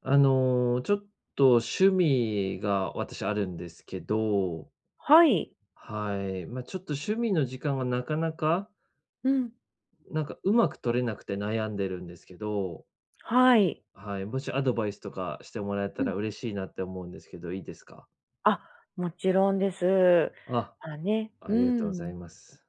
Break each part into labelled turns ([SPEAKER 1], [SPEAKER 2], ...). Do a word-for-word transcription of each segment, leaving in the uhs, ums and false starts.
[SPEAKER 1] あの、ちょっと趣味が私あるんですけど、
[SPEAKER 2] はい。
[SPEAKER 1] はい。まあ、ちょっと趣味の時間がなかなか、
[SPEAKER 2] うん。
[SPEAKER 1] なんかうまく取れなくて悩んでるんですけど、
[SPEAKER 2] はい。
[SPEAKER 1] はい、もしアドバイスとかしてもらえた
[SPEAKER 2] うん。
[SPEAKER 1] ら嬉しいなって思うんですけど、いいですか？
[SPEAKER 2] あ、もちろんです。
[SPEAKER 1] あ、
[SPEAKER 2] まあね。
[SPEAKER 1] あ
[SPEAKER 2] う
[SPEAKER 1] りがとうご
[SPEAKER 2] ー
[SPEAKER 1] ざ
[SPEAKER 2] ん。
[SPEAKER 1] います。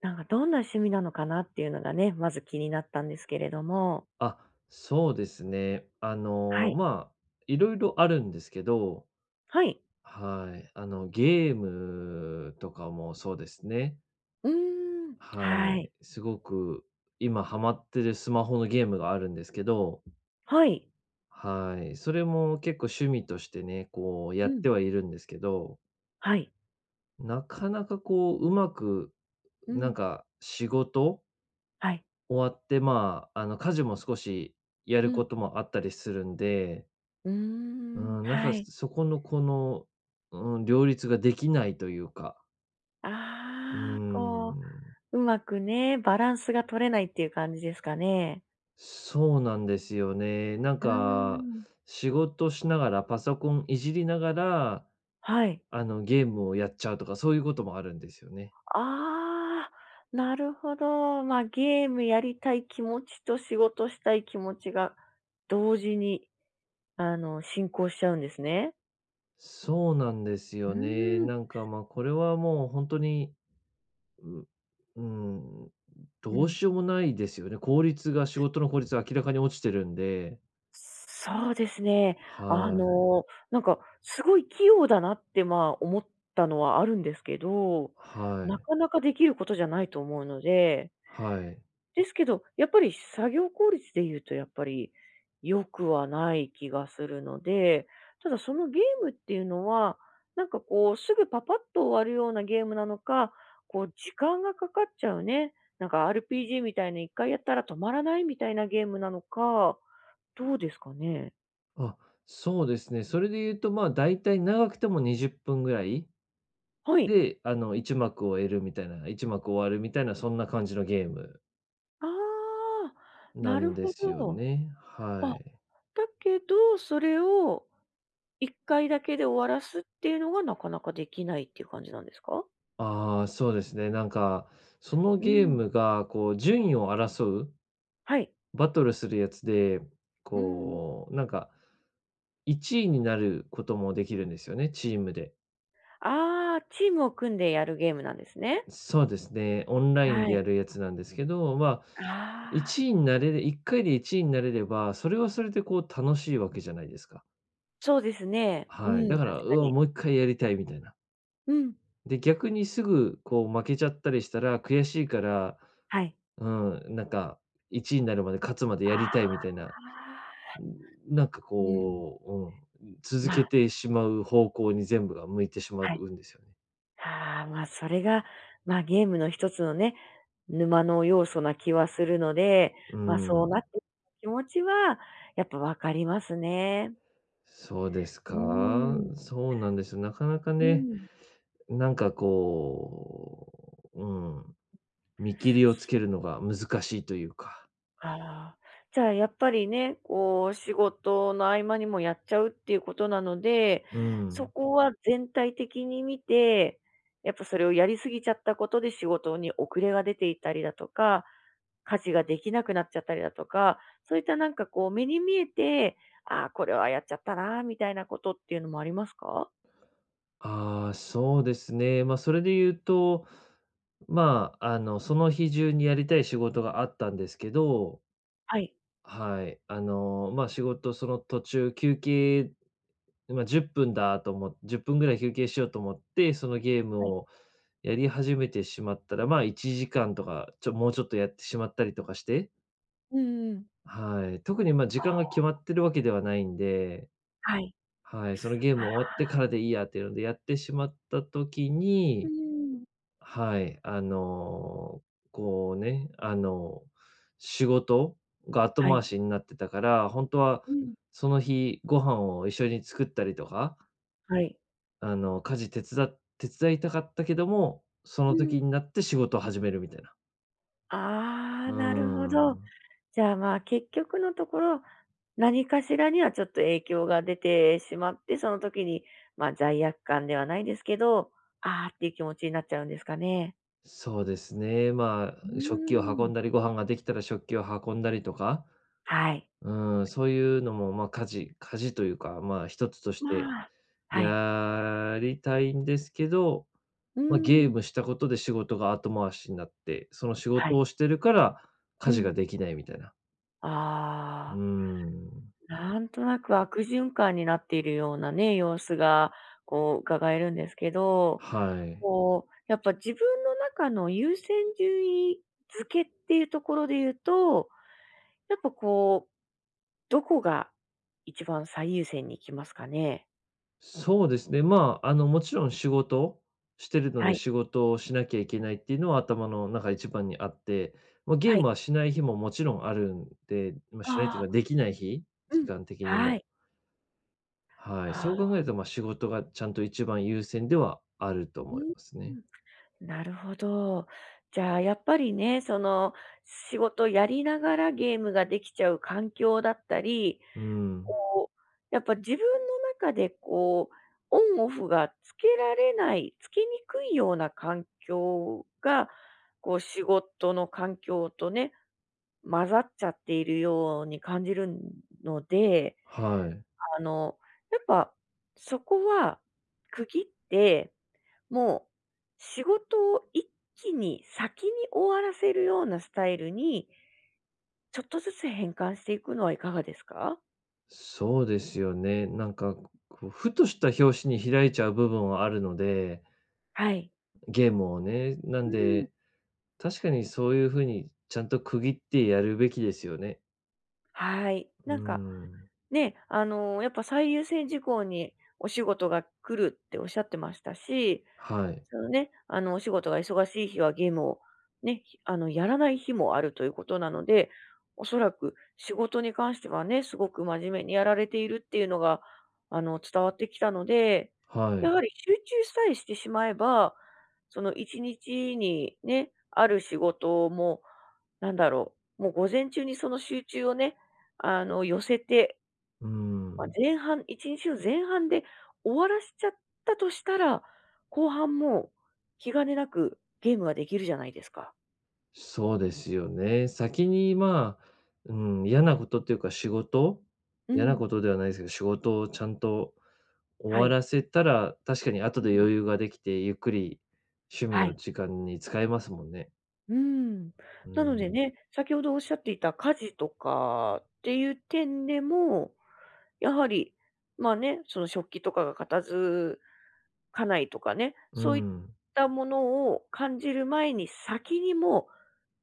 [SPEAKER 2] なんかどんな趣味なのかなっていうのがね、まず気になったんですけれども。
[SPEAKER 1] あ、そうですね。あ
[SPEAKER 2] は
[SPEAKER 1] の、
[SPEAKER 2] い。
[SPEAKER 1] まあ、いろいろあるんですけど、
[SPEAKER 2] はい。
[SPEAKER 1] はい。あの、ゲームとかもそうですね。
[SPEAKER 2] うーん。
[SPEAKER 1] は
[SPEAKER 2] はい。
[SPEAKER 1] い、すごく今ハマってるスマホのゲームがあるんですけど、
[SPEAKER 2] はい。
[SPEAKER 1] はい、それも結構趣味としてね、こうや
[SPEAKER 2] う
[SPEAKER 1] っ
[SPEAKER 2] ん。
[SPEAKER 1] てはいるんですけど、
[SPEAKER 2] はい。
[SPEAKER 1] なかなかこううまく、
[SPEAKER 2] う
[SPEAKER 1] なん
[SPEAKER 2] ん。
[SPEAKER 1] か仕事
[SPEAKER 2] はい。
[SPEAKER 1] 終わって、まあ、あの家事も少しや
[SPEAKER 2] う
[SPEAKER 1] る
[SPEAKER 2] ん。
[SPEAKER 1] こともあったりするんで、
[SPEAKER 2] うー
[SPEAKER 1] う
[SPEAKER 2] ん。
[SPEAKER 1] ん、なんか
[SPEAKER 2] はい。
[SPEAKER 1] そこのこの、うん、両立ができないというか、う
[SPEAKER 2] ああ、こう、
[SPEAKER 1] ん。
[SPEAKER 2] うまくね、バランスが取れないっていう感じですかね。
[SPEAKER 1] そうなんですよね。なん
[SPEAKER 2] うー
[SPEAKER 1] か、
[SPEAKER 2] ん。
[SPEAKER 1] 仕事しながら、パソコンいじりながら、
[SPEAKER 2] はい。
[SPEAKER 1] あの、ゲームをやっちゃうとか、そういうこともあるんですよね。
[SPEAKER 2] ああ、なるほど。まあ、ゲームやりたい気持ちと仕事したい気持ちが同時に、あの、進行しちゃうんですね。
[SPEAKER 1] そうなんです
[SPEAKER 2] う
[SPEAKER 1] よね。
[SPEAKER 2] ーん。
[SPEAKER 1] なんか、まあ、これはもう本当に、ううん、
[SPEAKER 2] う
[SPEAKER 1] どう
[SPEAKER 2] ん。
[SPEAKER 1] しようもないですよね。効率が仕事の効率が明らかに落ちてるんで。
[SPEAKER 2] そうですね。あ
[SPEAKER 1] はい。
[SPEAKER 2] の、なんか、すごい器用だなって、まあ、思ったのはあるんですけど、
[SPEAKER 1] は
[SPEAKER 2] な
[SPEAKER 1] い。
[SPEAKER 2] かなかできることじゃないと思うので
[SPEAKER 1] はい。
[SPEAKER 2] ですけど、やっぱり作業効率で言うとやっぱり良くはない気がするので、ただそのゲームっていうのは、なんかこうすぐパパッと終わるようなゲームなのか、こう時間がかかっちゃうね、なんか アールピージー みたいないっかいやったら止まらないみたいなゲームなのか、どうですかね？
[SPEAKER 1] あ、そうですね。それで言うと、まあ、だいたい長くてもにじゅっぷんぐらい
[SPEAKER 2] はい。
[SPEAKER 1] で、あの、いち幕を終えるみたいな、いち幕終わるみたいな、そんな感じのゲーム
[SPEAKER 2] ああ、
[SPEAKER 1] な
[SPEAKER 2] なる
[SPEAKER 1] んで
[SPEAKER 2] ほ
[SPEAKER 1] すよ
[SPEAKER 2] ど。
[SPEAKER 1] ね。は
[SPEAKER 2] あ、
[SPEAKER 1] い。
[SPEAKER 2] だけど、それをいっかいだけで終わらすっていうのがなかなかできないっていう感じなんですか？
[SPEAKER 1] ああ、そうですね。なんか、その
[SPEAKER 2] う
[SPEAKER 1] ゲー
[SPEAKER 2] ん。
[SPEAKER 1] ムが、こう、順位を争う、
[SPEAKER 2] はい。
[SPEAKER 1] バトルするやつで、
[SPEAKER 2] うん。
[SPEAKER 1] こう、なんか、いちいになることもできるんですよね、チームで。
[SPEAKER 2] ああ、チームを組んでやるゲームなんですね。
[SPEAKER 1] そうですね、オンライン
[SPEAKER 2] は
[SPEAKER 1] で
[SPEAKER 2] い。
[SPEAKER 1] やるやつなんですけど、まあ、
[SPEAKER 2] ああ。
[SPEAKER 1] 1位になれるいっかいでいちいになれれば、それはそれでこう楽しいわけじゃないですか。
[SPEAKER 2] そうですね。う
[SPEAKER 1] はい。
[SPEAKER 2] ん、
[SPEAKER 1] だか
[SPEAKER 2] 確
[SPEAKER 1] ら、う
[SPEAKER 2] か
[SPEAKER 1] わ、
[SPEAKER 2] に。
[SPEAKER 1] もういっかいやりたいみたいな。
[SPEAKER 2] うん。
[SPEAKER 1] で、逆にすぐこう負けちゃったりしたら、悔しいから、
[SPEAKER 2] はい。
[SPEAKER 1] うん、なんかいちいになるまで、勝つまで
[SPEAKER 2] あ
[SPEAKER 1] やりたい
[SPEAKER 2] あ。
[SPEAKER 1] みたいな、ん、なんか
[SPEAKER 2] うん。
[SPEAKER 1] こう、うん、続
[SPEAKER 2] ま
[SPEAKER 1] け
[SPEAKER 2] あ、
[SPEAKER 1] てしまう方向に全部が向いてしま
[SPEAKER 2] はい。
[SPEAKER 1] うんですよね。
[SPEAKER 2] ああ、まあ、それが、まあ、ゲームの一つのね、沼の要素な気はするので、
[SPEAKER 1] う
[SPEAKER 2] まあ、そう
[SPEAKER 1] ん、
[SPEAKER 2] なってる気持ちはやっぱわかりますね。
[SPEAKER 1] そうです
[SPEAKER 2] う
[SPEAKER 1] か？
[SPEAKER 2] ん。
[SPEAKER 1] そうなんですよ。なかなか
[SPEAKER 2] う
[SPEAKER 1] ね、
[SPEAKER 2] ん。
[SPEAKER 1] なんかこう、うん、見切りをつけるのが難しいというか、
[SPEAKER 2] ああ、じゃあやっぱりね、こう仕事の合間にもやっちゃうっていうことなので、
[SPEAKER 1] う
[SPEAKER 2] そ
[SPEAKER 1] ん。
[SPEAKER 2] こは全体的に見て、やっぱそれをやりすぎちゃったことで仕事に遅れが出ていたりだとか、家事ができなくなっちゃったりだとか、そういったなんかこう目に見えて、ああ、これはやっちゃったな、みたいなことっていうのもありますか？
[SPEAKER 1] ああ、そうですね。まあ、それで言うと、まあ、あの、その日中にやりたい仕事があったんですけど、
[SPEAKER 2] はい。
[SPEAKER 1] はい、あの、まあ、仕事その途中休憩、まあ、10分だと思っじゅっぷんぐらい休憩しようと思って、そのゲーム
[SPEAKER 2] はい。
[SPEAKER 1] をやり始めてしまったら、まあ、いちじかんとか、ちょもうちょっとやってしまったりとかして、
[SPEAKER 2] うんうん。
[SPEAKER 1] はい、特に、まあ、時間
[SPEAKER 2] あ
[SPEAKER 1] が決まってるわけではないんで、
[SPEAKER 2] はい。
[SPEAKER 1] はい、そのゲーム終
[SPEAKER 2] あ
[SPEAKER 1] わってからでいいやっていうのでやってしまった時
[SPEAKER 2] う
[SPEAKER 1] に
[SPEAKER 2] ん。
[SPEAKER 1] はい、あの、こうね、あの、仕事が後
[SPEAKER 2] は
[SPEAKER 1] 回
[SPEAKER 2] い。
[SPEAKER 1] しになってたから、本当は
[SPEAKER 2] うん。
[SPEAKER 1] その日ご飯を一緒に作ったりとか、
[SPEAKER 2] はい。
[SPEAKER 1] あの、家事手伝っ手伝いたかったけども、そ
[SPEAKER 2] う
[SPEAKER 1] の
[SPEAKER 2] ん。
[SPEAKER 1] 時になって仕事を始めるみたいな。
[SPEAKER 2] あ
[SPEAKER 1] う
[SPEAKER 2] あ、
[SPEAKER 1] ー
[SPEAKER 2] なるほど。
[SPEAKER 1] ん、
[SPEAKER 2] じゃあ、まあ、結局のところ、何かしらにはちょっと影響が出てしまって、その時に、まあ、罪悪感ではないですけど、ああっていう気持ちになっちゃうんですかね。
[SPEAKER 1] そうですね。ま
[SPEAKER 2] う
[SPEAKER 1] あ、食器を
[SPEAKER 2] ーん。
[SPEAKER 1] 運んだり、ご飯ができたら食器を運んだりとか、
[SPEAKER 2] はい。
[SPEAKER 1] うん、そういうのも、まあ、家事家事というか、まあ、一つとして
[SPEAKER 2] まあ、はい。
[SPEAKER 1] やりたいんですけど、
[SPEAKER 2] う
[SPEAKER 1] まあ、
[SPEAKER 2] ー
[SPEAKER 1] ゲー
[SPEAKER 2] ん。
[SPEAKER 1] ムしたことで仕事が後回しになって、その仕
[SPEAKER 2] は
[SPEAKER 1] 事
[SPEAKER 2] い。
[SPEAKER 1] をしてるから
[SPEAKER 2] う
[SPEAKER 1] 家事が
[SPEAKER 2] ん。
[SPEAKER 1] できないみたいな。う
[SPEAKER 2] あ
[SPEAKER 1] ーん、
[SPEAKER 2] あ、なんとなく悪循環になっているようなね、様子が、こう、伺えるんですけど、
[SPEAKER 1] はい。
[SPEAKER 2] こう、やっぱ自分の中の優先順位付けっていうところで言うと、やっぱこう、どこが一番最優先に行きますかね？
[SPEAKER 1] そうですね、まあ、あの、もちろん仕事してるの
[SPEAKER 2] は
[SPEAKER 1] で、
[SPEAKER 2] い。
[SPEAKER 1] 仕事をしなきゃいけないっていうのは頭の中一番にあって、まあ、ゲ
[SPEAKER 2] は
[SPEAKER 1] ーム
[SPEAKER 2] い。
[SPEAKER 1] はしない日ももちろんあるんで、まあ、しない
[SPEAKER 2] あ
[SPEAKER 1] という
[SPEAKER 2] あ、
[SPEAKER 1] かできない日、
[SPEAKER 2] う
[SPEAKER 1] 時
[SPEAKER 2] ん。
[SPEAKER 1] 間的に
[SPEAKER 2] は
[SPEAKER 1] も。
[SPEAKER 2] い。
[SPEAKER 1] はい、
[SPEAKER 2] は
[SPEAKER 1] そう考
[SPEAKER 2] あ。
[SPEAKER 1] えると、まあ、仕事がちゃんと一番優先ではあると
[SPEAKER 2] う
[SPEAKER 1] 思い
[SPEAKER 2] ん、
[SPEAKER 1] ますね。
[SPEAKER 2] なるほど。じゃあ、やっぱりね、その、仕事やりながらゲームができちゃう環境だったり、
[SPEAKER 1] うん、
[SPEAKER 2] こう、やっぱ自分の中でこう、オンオフがつけられない、つけにくいような環境が、こう仕事の環境とね、混ざっちゃっているように感じるので、
[SPEAKER 1] はい。
[SPEAKER 2] あの、やっぱそこは区切って、もう仕事を一気に先に終わらせるようなスタイルに、ちょっとずつ変換していくのはいかがですか？
[SPEAKER 1] そうですよね。なんか、こう、ふとした拍子に開いちゃう部分はあるので、
[SPEAKER 2] はい。
[SPEAKER 1] ゲームをね。な
[SPEAKER 2] う
[SPEAKER 1] ん
[SPEAKER 2] ん。
[SPEAKER 1] で、確かにそういう風にちゃんと区切ってやるべきですよね。
[SPEAKER 2] はい。
[SPEAKER 1] う
[SPEAKER 2] なんか、
[SPEAKER 1] ーん。
[SPEAKER 2] ね、あの、やっぱ最優先事項にお仕事が来るっておっしゃってましたし
[SPEAKER 1] はい。
[SPEAKER 2] そのね、あの、お仕事が忙しい日はゲームをね、ひあの、やらない日もあるということなので、おそらく仕事に関してはね、すごく真面目にやられているっていうのが、あの、伝わってきたので、
[SPEAKER 1] は
[SPEAKER 2] や
[SPEAKER 1] い。
[SPEAKER 2] はり集中さえしてしまえば、その一日にね、ある仕事も、なんだろう、もう午前中にその集中をね、あの、寄せて
[SPEAKER 1] うー
[SPEAKER 2] まあ、
[SPEAKER 1] ん。
[SPEAKER 2] 前半いちにちの前半で終わらしちゃったとしたら、後半も気兼ねなくゲームができるじゃないですか。
[SPEAKER 1] そうですよね。先に、まあ、うん、嫌なことっていうか仕事
[SPEAKER 2] う
[SPEAKER 1] 嫌な
[SPEAKER 2] ん。
[SPEAKER 1] ことではないですけど、仕事をちゃんと終
[SPEAKER 2] は
[SPEAKER 1] わ
[SPEAKER 2] い。
[SPEAKER 1] らせたら、確かに後
[SPEAKER 2] う
[SPEAKER 1] で
[SPEAKER 2] ん。
[SPEAKER 1] 余裕ができて、ゆっくり趣味
[SPEAKER 2] は
[SPEAKER 1] の
[SPEAKER 2] い。
[SPEAKER 1] 時間に使えますもんね。
[SPEAKER 2] うーん。
[SPEAKER 1] う
[SPEAKER 2] なので
[SPEAKER 1] ん。
[SPEAKER 2] ね、先ほどおっしゃっていた家事とかっていう点でも、やはり、ま、ね、その食器とかが片付かないとかね、
[SPEAKER 1] う
[SPEAKER 2] そういっ
[SPEAKER 1] ん。
[SPEAKER 2] たものを感じる前に先にも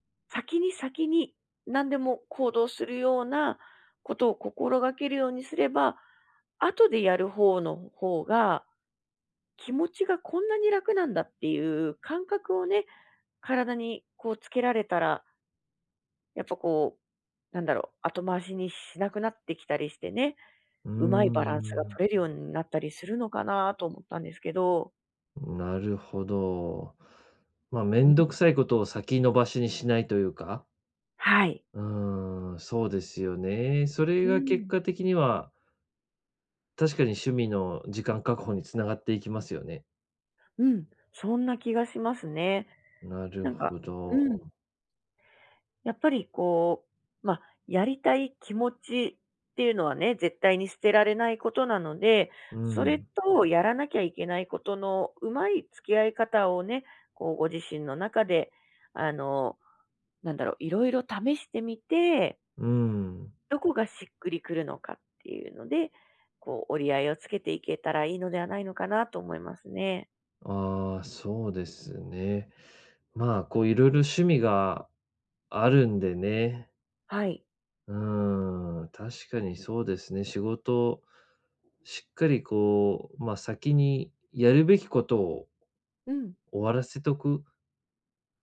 [SPEAKER 2] う先に先に何でも行動するようなことを心がけるようにすれば、後でやる方の方が気持ちがこんなに楽なんだっていう感覚をね、体にこうつけられたら、やっぱこう、なんだろう、後回しにしなくなってきたりしてね、
[SPEAKER 1] うー
[SPEAKER 2] うまいバランスが
[SPEAKER 1] ん。
[SPEAKER 2] 取れるようになったりするのかなと思ったんですけど。
[SPEAKER 1] なるほど。まあ、め
[SPEAKER 2] うん。
[SPEAKER 1] んどくさいことを先延ばしにしないというか。
[SPEAKER 2] はい。
[SPEAKER 1] うーん、そうですよね。それ
[SPEAKER 2] う
[SPEAKER 1] が結
[SPEAKER 2] ん。
[SPEAKER 1] 果的には、確かに趣味の時間確保に繋がっていきますよね。
[SPEAKER 2] うん、そんな気がしますね。
[SPEAKER 1] なる
[SPEAKER 2] なんか
[SPEAKER 1] ほ
[SPEAKER 2] うん。
[SPEAKER 1] ど。
[SPEAKER 2] やっぱりこう、まあ、やりたい気持ちっていうのはね、絶対に捨てられないことなので、
[SPEAKER 1] う
[SPEAKER 2] それ
[SPEAKER 1] ん。
[SPEAKER 2] とやらなきゃいけないことのうまい付き合い方をね、こうご自身の中で、あの、なんだろう、いろいろ試してみて、
[SPEAKER 1] うん。
[SPEAKER 2] どこがしっくりくるのかっていうので、こう折り合いをつけていけたらいいのではないのかなと思いますね。
[SPEAKER 1] ああ、そうですね。まあ、こういろいろ趣味があるんでね。
[SPEAKER 2] はい。
[SPEAKER 1] うーん、確かにそうですね。仕事しっかりこう、まあ、先にやるべきことを
[SPEAKER 2] うん。
[SPEAKER 1] 終わらせとくっ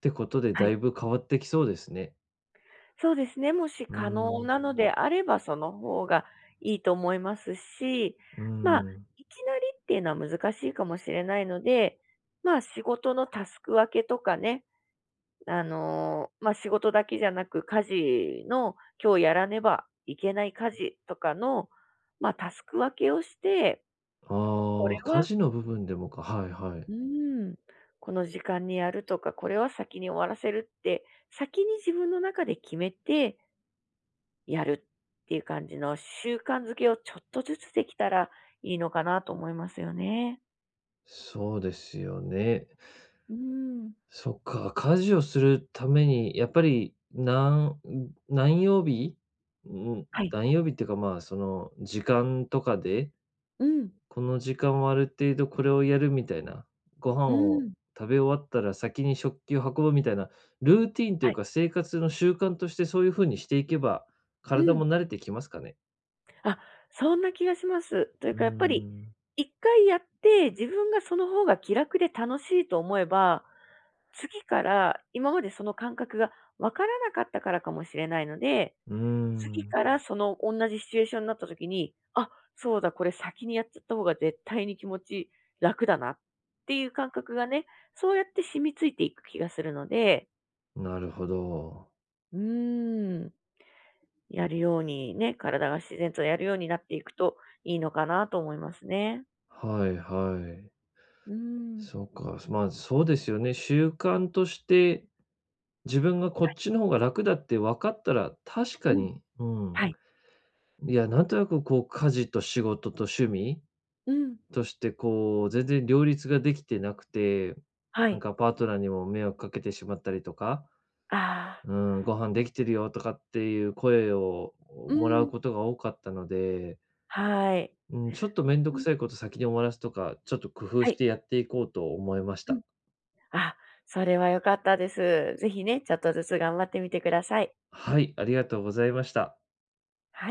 [SPEAKER 1] てことで、
[SPEAKER 2] は
[SPEAKER 1] だ
[SPEAKER 2] い。
[SPEAKER 1] いぶ変わってきそうですね。
[SPEAKER 2] そうですね。もし
[SPEAKER 1] うー
[SPEAKER 2] 可能
[SPEAKER 1] ん、
[SPEAKER 2] なのであれば、その方がいいと思いますし、
[SPEAKER 1] うー
[SPEAKER 2] まあ、
[SPEAKER 1] ん。
[SPEAKER 2] いきなりっていうのは難しいかもしれないので、まあ、仕事のタスク分けとかね、あのーまあ、仕事だけじゃなく、家事の、今日やらねばいけない家事とかの、まあ、タスク分けをして、こ
[SPEAKER 1] あ
[SPEAKER 2] れ
[SPEAKER 1] あ、家
[SPEAKER 2] は、
[SPEAKER 1] 事の部分でもか。はいはい。
[SPEAKER 2] うん、この時間にやるとか、これは先に終わらせるって、先に自分の中で決めて、やるっていう感じの習慣づけをちょっとずつできたらいいのかなと思いますよね。
[SPEAKER 1] そうですよね。
[SPEAKER 2] うーん。
[SPEAKER 1] そっか、家事をするために、やっぱり、なん何曜日、ん、
[SPEAKER 2] はい。
[SPEAKER 1] 何曜日っていうか、まあ、その、時間とかで
[SPEAKER 2] うん。
[SPEAKER 1] この時間はある程度これをやるみたいな、ご飯
[SPEAKER 2] う
[SPEAKER 1] を
[SPEAKER 2] ん。
[SPEAKER 1] 食べ終わったら先に食器を運ぶみたいな、ルーティンとい
[SPEAKER 2] は
[SPEAKER 1] う
[SPEAKER 2] い。
[SPEAKER 1] か生活の習慣としてそういう風にしていけば、
[SPEAKER 2] う
[SPEAKER 1] 体
[SPEAKER 2] ん。
[SPEAKER 1] も慣れてきますかね？
[SPEAKER 2] あ、そんな気がします。という
[SPEAKER 1] うー
[SPEAKER 2] かやっぱり、
[SPEAKER 1] ん、
[SPEAKER 2] いっかいやって自分がその方が気楽で楽しいと思えば、次から今までその感覚がわからなかったからかもしれないので
[SPEAKER 1] うー
[SPEAKER 2] 次
[SPEAKER 1] ん、
[SPEAKER 2] からその同じシチュエーションになった時に、あ、そうだ、これ先にやっちゃった方が絶対に気持ち楽だなっていう感覚がね、そうやって染みついていく気がするので、
[SPEAKER 1] なるほど。
[SPEAKER 2] うーん、やるようにね、体が自然とやるようになっていくといいのかなと思いますね。
[SPEAKER 1] はいはい。
[SPEAKER 2] うーん。
[SPEAKER 1] そうか、まあ、そうですよね。習慣として自分がこっちの方が楽だって分かったら、確か
[SPEAKER 2] うん。
[SPEAKER 1] に、うん。
[SPEAKER 2] はい。
[SPEAKER 1] いや、なんとなくこう家事と仕事と趣味
[SPEAKER 2] うん。
[SPEAKER 1] としてこう、全然両立ができてなくて、
[SPEAKER 2] は
[SPEAKER 1] なん
[SPEAKER 2] い。
[SPEAKER 1] かパートナーにも迷惑かけてしまったりとか、
[SPEAKER 2] ああ。
[SPEAKER 1] うん、ご飯
[SPEAKER 2] う
[SPEAKER 1] で
[SPEAKER 2] ん。
[SPEAKER 1] きてるよとかっていう声を
[SPEAKER 2] うー
[SPEAKER 1] もらう
[SPEAKER 2] ん。
[SPEAKER 1] ことが多かったので、
[SPEAKER 2] はい。
[SPEAKER 1] うん、ちょっとめんど
[SPEAKER 2] う
[SPEAKER 1] く
[SPEAKER 2] ん。
[SPEAKER 1] さいこと先に終わらすとか、ちょっと工夫
[SPEAKER 2] は
[SPEAKER 1] し
[SPEAKER 2] い。
[SPEAKER 1] てやっていこうと思いまし
[SPEAKER 2] う
[SPEAKER 1] た。
[SPEAKER 2] ん。あ、それは良かったです。ぜひね、ちょっとずつ頑張ってみてください。
[SPEAKER 1] はい、ありがとうございました。
[SPEAKER 2] はい。